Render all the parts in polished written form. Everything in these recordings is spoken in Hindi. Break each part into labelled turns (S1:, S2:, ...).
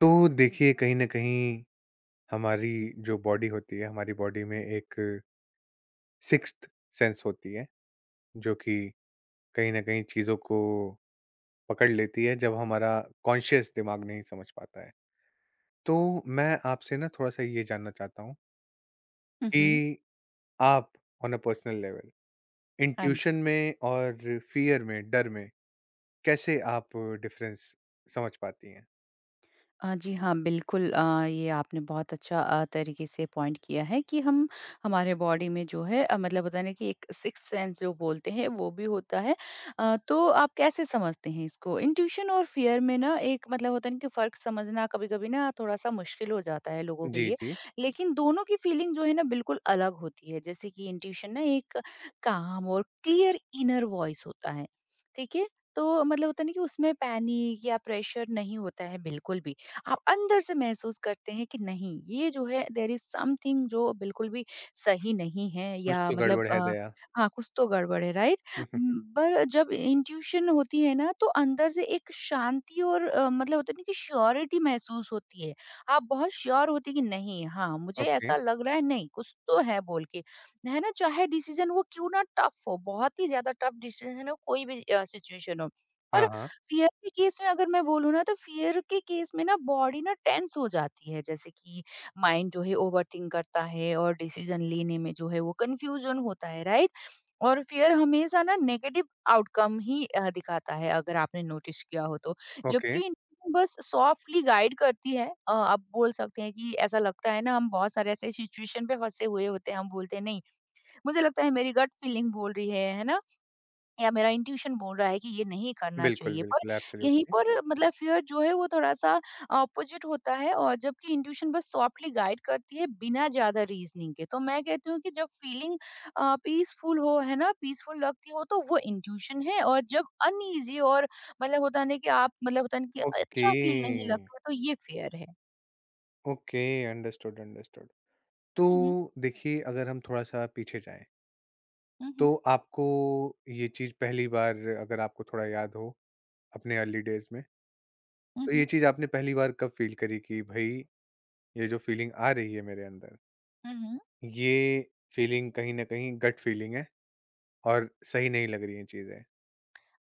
S1: तो देखिए कहीं न कहीं हमारी जो बॉडी होती है, हमारी बॉडी में एक सिक्स्थ सेंस होती है, जो कि कहीं न कहीं चीज़ों को पकड़ लेती है जब हमारा कॉन्शियस दिमाग नहीं समझ पाता है। तो मैं आपसे ना थोड़ा-सा ये जानना चाहता हूँ
S2: Uh huh.
S1: कि आप on a personal level
S2: I know.
S1: Intuition में और फ़ियर में, डर में कैसे आप डिफ़रेंस समझ पाती हैं?
S2: जी हाँ, बिल्कुल ये आपने बहुत अच्छा तरीके से पॉइंट किया है कि हम हमारे बॉडी में जो है मतलब होता है ना कि एक सिक्स्थ सेंस जो बोलते हैं वो भी होता है। तो आप कैसे समझते हैं इसको? इंट्यूशन और फ़ियर में ना एक मतलब होता है ना कि फ़र्क समझना कभी-कभी ना थोड़ा-सा मुश्किल हो जाता है लोगों के
S1: जी,
S2: लिए।
S1: जी।
S2: लेकिन दोनों की फीलिंग जो है ना बिल्कुल अलग होती है। जैसे कि इंट्यूशन ना एक काम और क्लियर इनर वॉइस होता है। ठीक है? तो मतलब होता है ना कि उसमें पैनिक या प्रेशर नहीं होता है बिल्कुल भी। आप अंदर से महसूस करते हैं कि नहीं ये जो है देर इज समथिंग जो बिल्कुल भी सही नहीं है
S1: कुछ
S2: या
S1: तो
S2: मतलब
S1: गड़बड़ है दया।
S2: हाँ कुछ तो गड़बड़ है राइट। पर जब इंट्यूशन होती है ना तो अंदर से एक शांति और मतलब होता है ना कि श्योरिटी महसूस होती है। आप बहुत श्योर होते कि नहीं हाँ मुझे
S1: ओके।
S2: ऐसा लग रहा है नहीं कुछ तो है बोल के है ना चाहे डिसीजन वो क्यों ना टफ हो बहुत ही ज्यादा टफ डिसीजन हो कोई भी सिचुएशन हो। और
S1: हाँ, हाँ।
S2: फ़ियर के केस में अगर मैं बोलूँ ना तो फ़ियर के केस में ना बॉडी ना टेंस हो जाती है जैसे कि माइंड जो है ओवरथिंक करता है और डिसीजन लेने में जो है वो कन्फ्यूजन होता है राइट? और फ़ियर हमेशा ना नेगेटिव आउटकम ही दिखाता है अगर आपने नोटिस किया हो तो।
S1: ओके।
S2: जबकि intuition बस सॉफ्टली गाइड करती है आप बोल सकते हैं कि ऐसा लगता है ना हम बहुत सारे ऐसे सिचुएशन पे फँसे हुए होते हैं, हम बोलते हैं नहीं, मुझे लगता है मेरी गट फीलिंग बोल रही है ना? या मेरा इंट्यूशन बोल रहा है कि ये नहीं करना
S1: बिल्कुल,
S2: चाहिए पर
S1: बिल्कुल।
S2: यहीं
S1: एब्सोल्यूटली।
S2: पर मतलब फियर जो है वो थोड़ा-सा ऑपोजिट होता है और जबकि इंट्यूशन बस सॉफ्टली गाइड करती है बिना ज़्यादा रीज़निंग के। तो मैं कहती हूँ कि जब फीलिंग पीसफुल हो, है ना, पीसफुल लगती हो तो वो इंट्यूशन है और जब अनईज़ी और मतलब होता है ना कि आप मतलब होता है ना कि
S1: ओके,
S2: अच्छा फील नहीं लगता तो ये फियर है।
S1: Okay, understood, understood. तो
S2: हुँ, हुँ।
S1: देखिए अगर हम थोड़ा-सा पीछे जाएँ,
S2: हुँ,
S1: तो
S2: हुँ।
S1: आपको ये चीज़ पहली बार अगर आपको थोड़ा याद हो अपने अर्ली डेज़ में,
S2: हुँ,
S1: तो ये
S2: हुँ।
S1: चीज़ आपने पहली बार कब फ़ील करी कि भई ये जो फ़ीलिंग आ रही है मेरे अंदर,
S2: हुँ, हुँ।
S1: ये फ़ीलिंग कहीं न कहीं गट फ़ीलिंग है और सही नहीं लग रही हैं चीज़ें?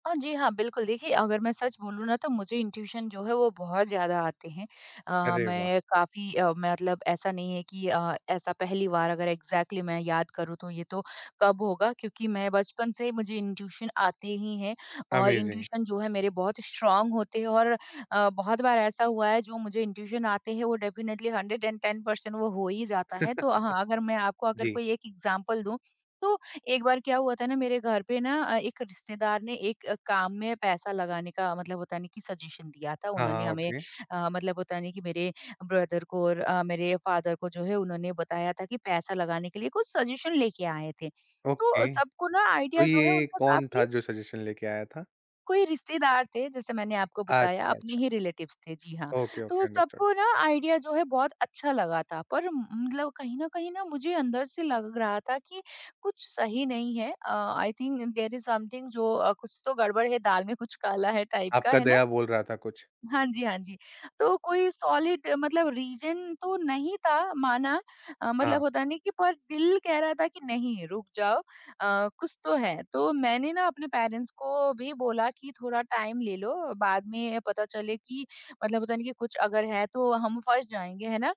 S2: जी हाँ, बिल्कुल। देखिए, अगर मैं सच बोलूँ ना, तो मुझे इंट्यूशन जो है, वो बहुत ज़्यादा आते हैं।
S1: अरे वाह!
S2: मैं काफ़ी मतलब ऐसा नहीं है कि ऐसा पहली बार अगर एग्ज़ैक्टली मैं याद करूँ, तो ये तो कब होगा, क्योंकि मैं बचपन से मुझे इंट्यूशन आते ही हैं और
S1: अमेज़िंग।
S2: इंट्यूशन जो है, मेरे बहुत स्ट्रॉन्ग होते हैं और बहुत बार ऐसा हुआ है, जो मुझे इंट्यूशन आते हैं, वो डेफ़िनिटली 110% वो हो ही जाता है। तो हाँ, अगर मैं आपको अगर
S1: जी।
S2: कोई एक एग्ज़ाम्पल दूँ, तो एक बार क्या हुआ था ना मेरे घर पे ना एक रिश्तेदार ने एक काम में पैसा लगाने का मतलब होता नहीं कि सजेशन दिया था
S1: हाँ,
S2: उन्होंने
S1: हाँ,
S2: हमें
S1: ओके,
S2: मतलब होता नहीं कि मेरे ब्रदर को और मेरे फादर को जो है उन्होंने बताया था कि पैसा लगाने के लिए कुछ सजेशन लेके आए थे।
S1: ओके।
S2: तो सबको ना
S1: तो
S2: आइडिया जो है
S1: ये
S2: उनका
S1: कौन था
S2: काफ़ी
S1: जो सजेशन लेके आया था?
S2: कोई रिश्तेदार थे जैसे मैंने आपको बताया
S1: अच्छा,
S2: अपने
S1: अच्छा।
S2: ही रिलेटिव्स थे जी हाँ।
S1: ओके, ओके,
S2: तो
S1: अंडरस्टूड।
S2: सबको ना आइडिया जो है बहुत अच्छा लगा था पर म मतलब कहीं न कहीं ना मुझे अंदर से लग रहा था कि कुछ सही नहीं है। I think there is something जो कुछ तो गड़बड़ है दाल में कुछ काला है टाइप का,
S1: आपका
S2: है ना?
S1: दया बोल रहा था कुछ।
S2: हाँ जी, हाँ जी। तो कोई सॉलिड मतलब रीज़न तो नहीं था माना
S1: हाँ,
S2: मतलब होता नहीं कि पर दिल कह रहा था कि नहीं रुक जाओ कुछ तो है। तो मैंने ना अपने पेरेंट्स को भी बोला कि थोड़ा टाइम ले लो, बाद में पता चले कि मतलब होता नहीं कि कुछ अगर है तो हम फँस जाएँगे, है ना?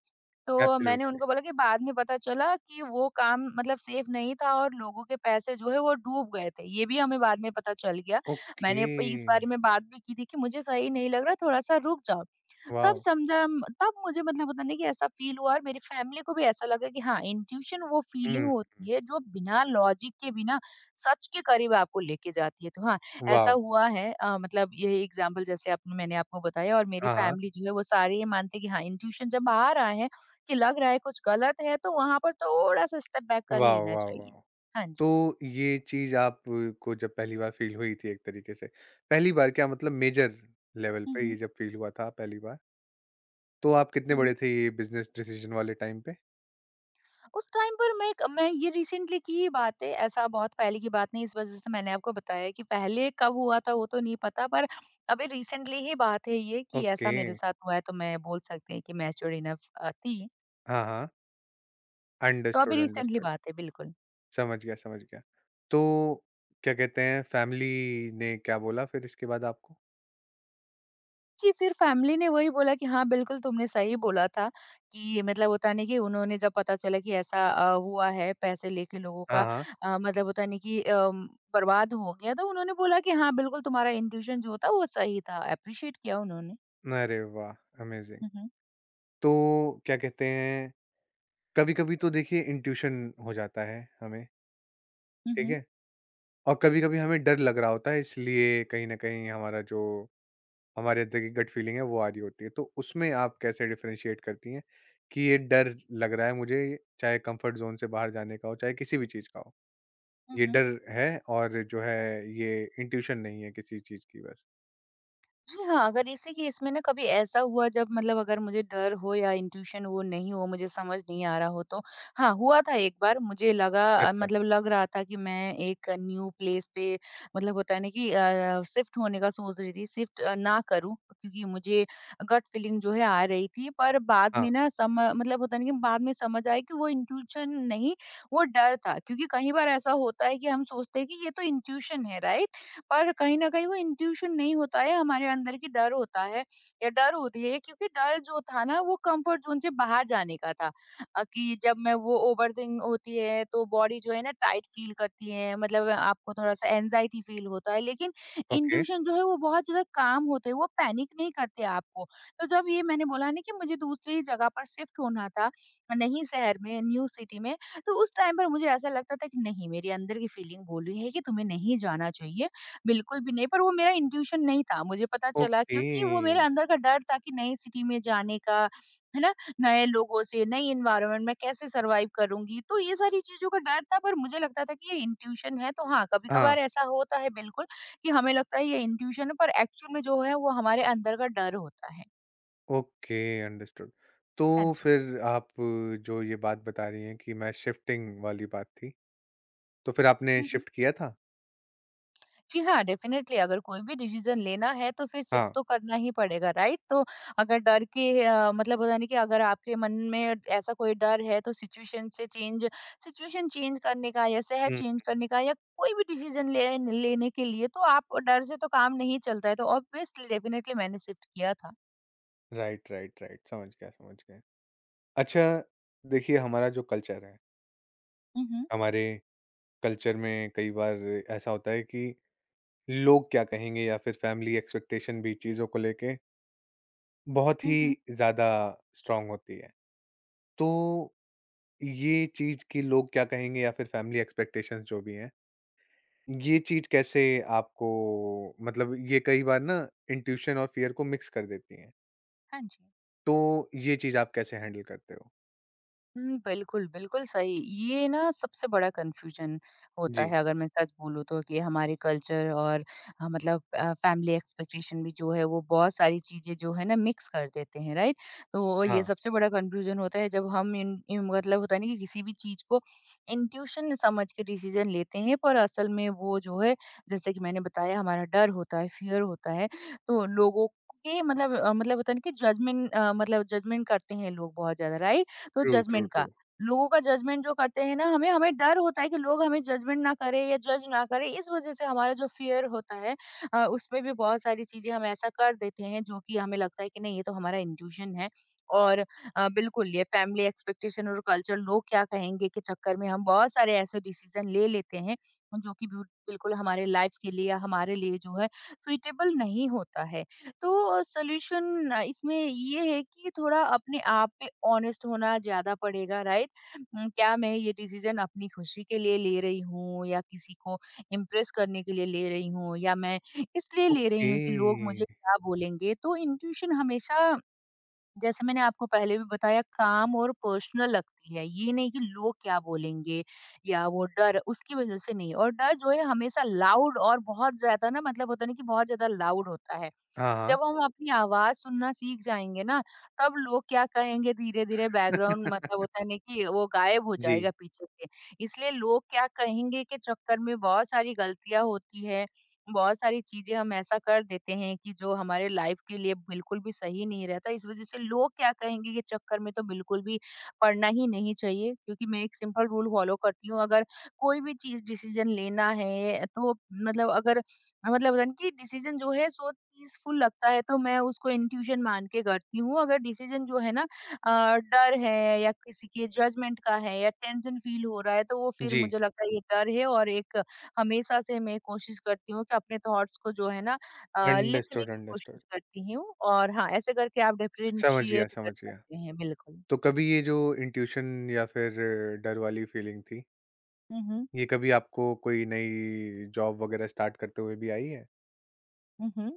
S2: तो मैंने
S1: एब्सोल्युटली।
S2: उनको बोला कि बाद में पता चला कि वो काम मतलब सेफ नहीं था और लोगों के पैसे जो है वो डूब गए थे। ये भी हमें बाद में पता चल गया। मैंने प इस
S1: ओके,
S2: बारे में बात भी की थी कि मुझे सही नहीं लग रहा, थोड़ा-सा रुक जाओ। तब
S1: वॉव!
S2: समझा म तब मुझे मतलब होता है ना कि ऐसा फ़ील हुआ और मेरी फैमिली को भी ऐसा लगा कि हाँ, इंट्यूशन वो फ़ीलिंग
S1: हुँ,
S2: होती है जो बिना लॉजिक के, बिना सच के करीब आपको लेके जाती है। तो हाँ, ऐसा
S1: वॉव!
S2: हुआ है मतलब यही एग्ज़ाम्पल जैसे आप मैंने आपको बताया और मेरी
S1: हाँ, हाँ।
S2: फैमिली जो है वो सारे ये मानते हैं कि हाँ, इंट्यूशन जब आ रहा है कि लग रहा है कुछ गलत है, तो वहाँ पर थोड़ा-सा स्टेप बैक कर
S1: वॉव,
S2: लेना
S1: वॉव,
S2: चाहिए।
S1: वॉव!
S2: हाँ जी।
S1: तो ये चीज़ आपको जब पहली बार फ़ील हुई थी एक तरीके से, पहली बार क्या मतलब मेजर लेवल
S2: हुँ,
S1: पे ये
S2: हुँ।
S1: जब फ़ील हुआ था पहली बार, तो आप कितने
S2: हुँ,
S1: बड़े
S2: हुँ।
S1: थे ये बिज़नेस डिसीजन वाले टाइम पे?
S2: उस टाइम पर मैं ये रिसेंटली की ही बात है, ऐसा बहुत पहले की बात नहीं, इस वज़ह से मैंने आपको बताया कि पहले कब हुआ था वो तो नहीं पता, पर अभी रिसेंटली ही बात है ये कि
S1: ओके।
S2: ऐसा मेरे साथ हुआ है, तो मैं बोल सकती हैं कि मैच्योर इनफ थी।
S1: हाँ, हाँ।
S2: तो अभी
S1: अंडरस्टूड,
S2: रिसेंटली
S1: अंडरस्टूड।
S2: बात है, बिल्कुल।
S1: समझ गया, समझ गया। तो क्या कहते हैं फैमिली ने क्या बोला फिर इसके बाद आपको?
S2: जी, फिर फैमिली ने वही बोला कि हाँ, बिल्कुल तुमने सही बोला था कि मतलब होता नहीं कि उन्होंने जब पता चला कि ऐसा हुआ है पैसे लेके लोगों
S1: हाँ,
S2: का
S1: हाँ।
S2: मतलब होता नहीं कि बर्बाद हो गया तो उन्होंने बोला कि हाँ, बिल्कुल तुम्हारा इंट्यूशन जो था वो सही था, एप्रिशिएट किया उन्होंने।
S1: अरे वाह! अमेज़िंग।
S2: हुँ, हुँ।
S1: तो क्या कहते हैं, कभी-कभी तो देखिए इंट्यूशन हो जाता है हमें,
S2: हुँ,
S1: ठीक
S2: हुँ।
S1: है? और कभी-कभी हमें डर लग रहा होता है इसलिए कहीं न कहीं हमारा जो हमारे अंदर की गट फीलिंग है वो आ रही होती है। तो उसमें आप कैसे डिफरेंशिएट करती हैं कि ये डर लग रहा है मुझे चाहे कंफर्ट ज़ोन से बाहर जाने का हो, चाहे किसी भी चीज़ का हो।
S2: हुँ,
S1: ये
S2: हुँ।
S1: डर है और जो है ये इंट्यूशन नहीं है किसी चीज़ की बस।
S2: जी हाँ, अगर इसी केस में ना कभी ऐसा हुआ जब मतलब अगर मुझे डर हो या इंट्यूशन वो नहीं हो, मुझे समझ नहीं आ रहा हो तो हाँ, हुआ था एक बार मुझे लगा
S1: अच्छा।
S2: मतलब लग रहा था कि मैं एक न्यू प्लेस पे मतलब होता है ना कि शिफ्ट होने का सोच रही थी, शिफ्ट ना करूँ क्योंकि मुझे गट फीलिंग जो है आ रही थी। पर बाद
S1: हाँ,
S2: में ना सम मतलब होता है ना कि बाद में समझ आया कि वो इंट्यूशन नहीं, वो डर था क्योंकि कई बार ऐसा होता है कि हम सोचते हैं कि ये तो इंट्यूशन है, राइट? और कहीं न कहीं वो इंट्यूशन नहीं होता है, हमारे अंदर की डर होता है या डर होती है क्योंकि डर जो था ना वो कम्फर्ट ज़ोन से बाहर जाने का था कि जब मैं वो ओवरथिंक होती है तो बॉडी जो है ना टाइट फ़ील करती है मतलब आपको थोड़ा-सा एंग्ज़ायटी फ़ील होता है लेकिन
S1: ओके।
S2: इंट्यूशन जो है वो बहुत ज़्यादा काम होते हैं, वो पैनिक नहीं करते आपको। तो जब ये मैंने बोला ना कि मुझे दूसरी जगह पर शिफ्ट होना था, नई शहर में, न्यू सिटी में, तो उस टाइम पर मुझे ऐसा लगता था कि नहीं मेरे अंदर की फीलिंग बोल रही है कि तुम्हें नहीं जाना चाहिए बिल्कुल भी नहीं, पर वो मेरा इंट्यूशन नहीं था। मुझे पता चला
S1: ओके।
S2: क्योंकि वो मेरे अंदर का डर था कि नई सिटी में जाने का, है ना? नए लोगों से, नई एनवायरनमेंट में कैसे सर्वाइव करूँगी? तो ये सारी चीज़ों का डर था पर मुझे लगता था कि ये इंट्यूशन है तो हाँ,
S1: हाँ।
S2: कभी-कभार ऐसा होता है बिल्कुल कि हमें लगता है ये इंट्यूशन है पर एक्चुअल में जो है वो हमारे अंदर का डर होता है।
S1: Okay understood. तो
S2: हाँ जी।
S1: फिर आप जो ये बात बता रही हैं कि मैं शिफ्टिंग वाली बात थी, तो फिर आपने शिफ्ट किया था?
S2: जी हाँ, डेफ़िनेटली अगर कोई भी डिसीज़न लेना है तो फिर सिर्फ
S1: हाँ।
S2: तो करना ही पड़ेगा, राइट? तो अगर डर के मतलब होता है ना कि अगर आपके मन में ऐसा कोई डर है तो सिचुएशन चेंज करने का या शहर
S1: हुँ,
S2: चेंज करने का या कोई भी डिसीज़न ले लेने के लिए तो आप डर से तो काम नहीं चलता है, तो ऑब्वियसली डेफ़िनेटली मैंने शिफ्ट किया था।
S1: राइट, राइट, राइट समझ गया, समझ गया। अच्छा, देखिए हमारा जो कल्चर है,
S2: हुँ, हुँ।
S1: हमारे कल्चर में कई बार ऐसा होता है कि लोग क्या कहेंगे या फिर फैमिली एक्सपेक्टेशन भी चीज़ों को लेके बहुत ही
S2: हुँ, हुँ।
S1: ज़्यादा स्ट्रॉन्ग होती है। तो ये चीज़ कि लोग क्या कहेंगे या फिर फैमिली एक्सपेक्टेशंस जो भी हैं ये चीज कैसे आपको मतलब ये कई बार ना इंट्यूशन और फियर को मिक्स कर देती हैं।
S2: हाँ जी।
S1: तो ये चीज आप कैसे हैंडल करते हो?
S2: हुँ, बिल्कुल, बिल्कुल सही। ये ना सबसे बड़ा कन्फ्यूज़न होता
S1: जी।
S2: है अगर मैं सच बोलूँ तो कि हमारे कल्चर और मतलब फैमिली एक्सपेक्टेशन भी जो है वो बहुत सारी चीज़ें जो है ना मिक्स कर देते हैं, राइट? तो ये
S1: हाँ,
S2: सबसे बड़ा कन्फ्यूज़न होता है जब हम इन इन मतलब होता है ना कि किसी भी चीज़ को इंट्यूशन समझ के डिसीज़न लेते हैं पर असल में वो जो है जैसे कि मैंने बताया हमारा डर होता है, फ़ियर होता है। तो लोगों के मतलब होता है ना कि जजमेंट मतलब जजमेंट करते हैं लोग बहुत ज़्यादा, राइट? तो
S1: ट्रू, ट्रू,
S2: जजमेंट
S1: ट्रू।
S2: का, लोगों का जजमेंट जो करते हैं ना हमें हमें डर होता है कि लोग हमें जजमेंट ना करें या जज ना करें, इस वज़ह से हमारा जो फ़ियर होता है। उसमें भी बहुत सारी चीज़ें हम ऐसा कर देते हैं जो कि हमें लगता है कि नहीं ये तो हमारा इंट्यूशन है। और बिल्कुल ये फैमिली एक्सपेक्टेशन और कल्चर लोग क्या कहेंगे के चक्कर में हम बहुत सारे ऐसे डिसीज़न ले लेते हैं, जो कि बिल्कुल हमारे लाइफ़ के लिए या हमारे लिए जो है सुइटेबल नहीं होता है। तो सॉल्यूशन इसमें ये है कि थोड़ा अपने आप पे ऑनेस्ट होना ज़्यादा पड़ेगा, राइट? क्या मैं ये डिसीज़न अपनी खुशी के लिए ले रही हूँ या किसी को इम्प्रेस करने के लिए ले रही हूँ या मैं इसलिए ले रही
S1: ओके।
S2: हूँ कि लोग मुझे क्या बोलेंगे? तो इंट्यूशन हमेशा जैसे मैंने आपको पहले भी बताया काम और पर्सनल लगती है। ये नहीं कि लोग क्या बोलेंगे या वो डर उसकी वज़ह से नहीं, और डर जो है हमेशा लाउड और बहुत ज़्यादा ना मतलब होता है ना कि बहुत ज़्यादा लाउड होता है।
S1: हाँ, हाँ।
S2: जब हम अपनी आवाज़ सुनना सीख जाएँगे ना, तब लोग क्या कहेंगे धीरे-धीरे बैकग्राउंड मतलब होता है ना कि वो गायब हो
S1: जी,
S2: जाएगा पीछे से। इसलिए लोग क्या कहेंगे के चक्कर में बहुत सारी गलतियाँ होती है, बहुत सारी चीज़ें हम ऐसा कर देते हैं कि जो हमारे लाइफ़ के लिए बिल्कुल भी सही नहीं रहता। इस वज़ह से लोग क्या कहेंगे के चक्कर में तो बिल्कुल भी पड़ना ही नहीं चाहिए क्योंकि मैं एक सिंपल रूल फ़ॉलो करती हूँ, अगर कोई भी चीज़ डिसीज़न लेना है तो मतलब अगर मतलब होता है ना कि डिसीजन जो है सो पीसफुल लगता है तो मैं उसको इंट्यूशन मान के करती हूँ। अगर डिसीजन जो है ना डर है या किसी के जजमेंट का है या टेंशन फील हो रहा है तो वो फिर
S1: जी।
S2: मुझे लगता है ये डर है। और एक हमेशा से मैं कोशिश करती हूँ कि अपने थॉट्स को जो है ना लिखने
S1: अंडरस्टूड,
S2: की
S1: अंडरस्टूड।
S2: कोशिश करती हूँ और हाँ, ऐसे करके आप
S1: समझ गया,
S2: डिफरेंशिएट कर
S1: समझ गया।
S2: सकते हैं बिल्कुल।
S1: तो कभी ये जो इंट्यूशन या फिर डर वाली फीलिंग थी,
S2: हुँ, हुँ।
S1: ये कभी आपको कोई नई जॉब वगैरह स्टार्ट करते हुए भी आई है?
S2: हुँ, हुँ।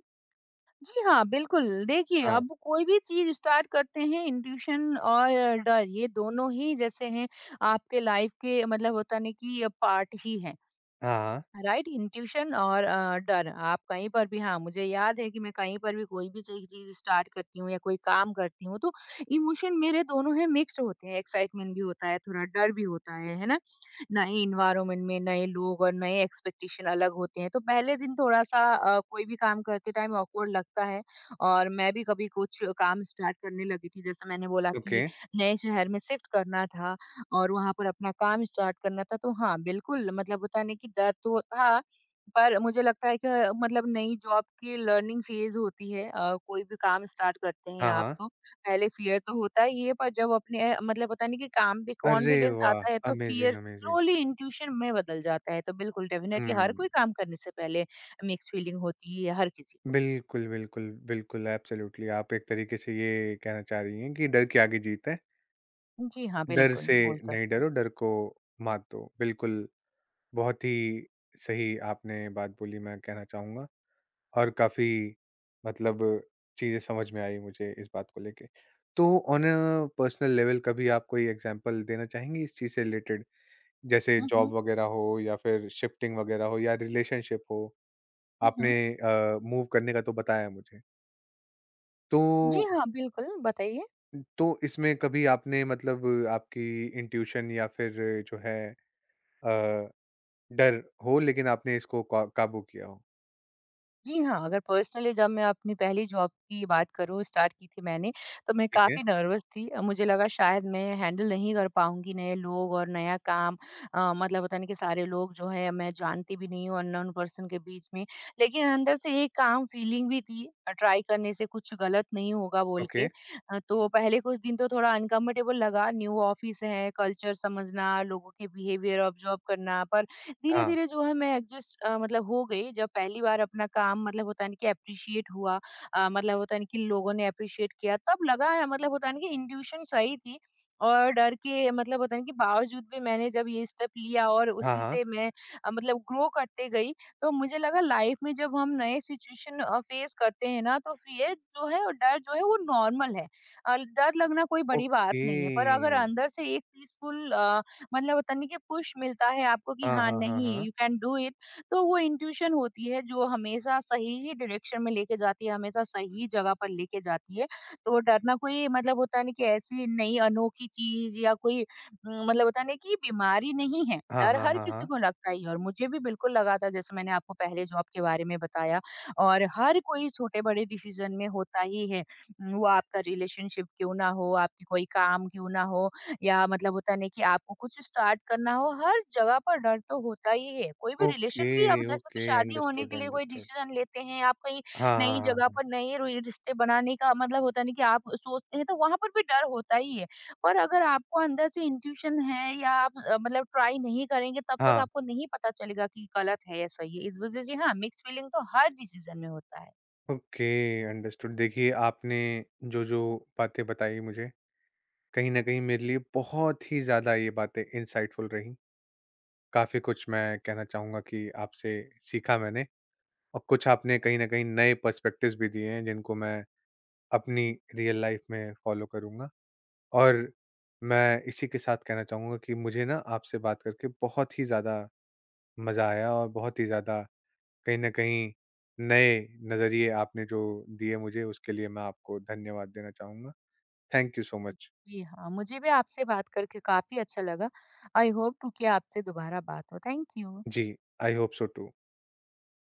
S2: जी हाँ, बिल्कुल। देखिए,
S1: हाँ।
S2: अब कोई भी चीज़ स्टार्ट करते हैं इंट्यूशन और डर ये दोनों ही जैसे हैं आपके लाइफ के मतलब होता नहीं कि पार्ट ही हैं।
S1: हाँ, हाँ।
S2: राइट इंट्यूशन और डर आप कहीं पर भी, हाँ, मुझे याद है कि मैं कहीं पर भी कोई भी चीज चीज स्टार्ट करती हूँ या कोई काम करती हूँ तो इमोशन मेरे दोनों है मिक्स्ड होते हैं, एक्साइटमेंट भी होता है थोड़ा डर भी होता है ना। नए इन्वायरमेंट में नए लोग और नए एक्सपेक्टेशन अलग होते हैं तो पहले दिन थोड़ा सा कोई भी काम करते टाइम ऑकवर्ड लगता है। और मैं भी कभी कुछ काम स्टार्ट करने लगी थी जैसे मैंने बोला
S1: ओके।
S2: कि नए शहर में शिफ्ट करना था और वहाँ पर अपना काम स्टार्ट करना था, तो हाँ, बिल्कुल मतलब होता है ना कि डर तो था, पर मुझे लगता है कि मतलब नई जॉब की लर्निंग फ़ेज़ होती है, कोई भी काम स्टार्ट करते हैं
S1: हाँ,
S2: आप
S1: हाँ।
S2: तो, पहले फ़ियर तो होता ही है, पर जब अपने मतलब होता है ना कि काम पे
S1: अरे
S2: कॉन्फिडेंस
S1: वाह!
S2: आता है, तो
S1: amazing,
S2: fear
S1: amazing.
S2: Slowly intuition में बदल जाता है। तो बिल्कुल, डेफ़िनेटली हर
S1: हुँ।
S2: कोई काम करने से पहले मिक्स्ड फीलिंग होती ही है हर किसी को।
S1: बिल्कुल, बिल्कुल, बिल्कुल, एब्सोल्यूटली आप एक तरीके से ये कहना चाह रही हैं कि डर की आगे जीत है।
S2: जी हाँ,
S1: डर
S2: बिल्कुल,
S1: से
S2: बोल
S1: नहीं
S2: सकते हैं।
S1: डरो, डर को मात दो। बिल्कुल, बहुत ही सही आपने बात बोली मैं कहना चाहूँगा और काफ़ी मतलब चीज़ें समझ में आई मुझे इस बात को लेके। तो ऑन अ पर्सनल लेवल कभी आप कोई एग्ज़ाम्पल देना चाहेंगी इस चीज़ से रिलेटेड? जैसे
S2: हुँ, हुँ।
S1: जॉब वगैरह हो या फिर शिफ्टिंग वगैरह हो या रिलेशनशिप हो?
S2: हुँ,
S1: आपने
S2: हुँ।
S1: मूव करने का तो बताया मुझे। तो
S2: जी हाँ, बिल्कुल, बताइए।
S1: इसमें कभी आपने मतलब आपकी इंट्यूशन या फिर जो है अ, डर हो लेकिन आपने इसको काबू किया हो।
S2: जी हाँ, अगर पर्सनली जब मैं अपनी पहली जॉब की बात करूँ स्टार्ट की थी मैंने, तो मैं
S1: ठीक है।
S2: काफ़ी नर्वस थी। मुझे लगा शायद मैं हैंडल नहीं कर पाऊँगी नए लोग और नया काम। मतलब होता है ना कि सारे लोग जो हैं मैं जानती भी नहीं हूँ अननोन पर्सन के बीच में। लेकिन अंदर से एक काम फीलिंग भी थी, ट्राई करने से कुछ गलत नहीं होगा बोल
S1: ओके।
S2: के। तो पहले कुछ दिन तो थोड़ा अनकम्फर्टेबल लगा, न्यू ऑफ़िस है, कल्चर समझना, लोगों के बिहेवियर ऑब्ज़र्व करना, पर
S1: हाँ,
S2: धीरे-धीरे जो है मैं एडजस्ट मतलब हो गई जब पहली बार अपना काम मतलब होता है ना कि एप्रिशिएट हुआ, मतलब होता है ना कि लोगों ने एप्रिशिएट किया, तब लगा है मतलब होता है ना कि इंट्यूशन सही थी। और डर के मतलब होता है ना कि बावजूद भी मैंने जब ये स्टेप लिया और
S1: हाँ,
S2: उसी
S1: हाँ।
S2: से मैं मतलब ग्रो करते गई। तो मुझे लगा लाइफ में जब हम नए सिचुएशन फेस करते हैं ना तो फियर जो है और डर जो है वो नॉर्मल है। डर लगना कोई बड़ी बात
S1: ओके।
S2: नहीं है, पर अगर अंदर से एक पीसफुल मतलब होता नहीं कि पुश मिलता है आपको कि
S1: हाँ,
S2: हाँ
S1: हाँ, हाँ,
S2: नहीं
S1: हाँ।
S2: यू कैन डू इट, तो वो इंट्यूशन होती है जो हमेशा सही ही डायरेक्शन में लेके जाती है, हमेशा सही जगह पर लेके जाती है। तो डरना कोई मतलब होता नहीं कि ऐसी नई अनोखी चीज या कोई मतलब होता नहीं कि बीमारी नहीं है,
S1: हाँ,
S2: डर
S1: हाँ,
S2: हर
S1: हाँ,
S2: किसी
S1: हाँ।
S2: को लगता ही है और मुझे भी बिल्कुल लगा था जैसे मैंने आपको पहले जॉब के बारे में बताया। और हर कोई छोटे बड़े डिसीजन में होता ही है वो आपका रिलेशनशिप क्यों ना हो, आपकी कोई काम क्यों ना हो या मतलब होता नहीं कि आपको कुछ स्टार्ट करना हो, हर जगह पर डर तो होता ही है। कोई भी रिलेशन
S1: ओके,
S2: भी आप जैसे कि
S1: ओके,
S2: शादी होने
S1: अंडरस्टूड,
S2: के लिए कोई
S1: अंडरस्टूड।
S2: डिसीजन लेते हैं, आप कहीं
S1: हाँ,
S2: नई
S1: हाँ,
S2: जगह
S1: हाँ,
S2: पर नए रि रिश्ते बनाने का मतलब होता नहीं कि आप सोचते हैं, तो वहाँ पर भी डर होता ही है। पर अगर आपको अंदर से इंट्यूशन है या आप मतलब ट्राई नहीं करेंगे तब
S1: हाँ।
S2: तक
S1: हाँ,
S2: आपको नहीं पता चलेगा कि गलत है या सही है। इस वज़ह से हाँ, मिक्स्ड फीलिंग तो हर डिसीजन में होता है।
S1: Okay, understood. देखिए आपने जो जो बातें बताई मुझे कहीं ना कहीं मेरे लिए बहुत ही ज्यादा ये बातें इंसाइटफुल रही। काफी कुछ मैं कहना चाहूंगा कि आपसे सीखा मैंने और कुछ आपने कहीं न कहीं नए पर्सपेक्टिव्स भी दिए हैं जिनको मैं अपनी रियल लाइफ़ में फ़ॉलो करूँगा। और मैं इसी के साथ कहना चाहूँगा कि मुझे ना आपसे बात करके बहुत ही ज़्यादा मज़ा आया और बहुत ही ज़्यादा कहीं न कहीं नए नज़रिए आपने जो दिए मुझे उसके लिए मैं आपको धन्यवाद देना चाहूँगा। Thank you so much.
S2: जी हाँ, मुझे भी आपसे बात करके काफ़ी अच्छा लगा। आई होप टू कि आपसे दोबारा बात हो। Thank you.
S1: जी, आई होप सो टू।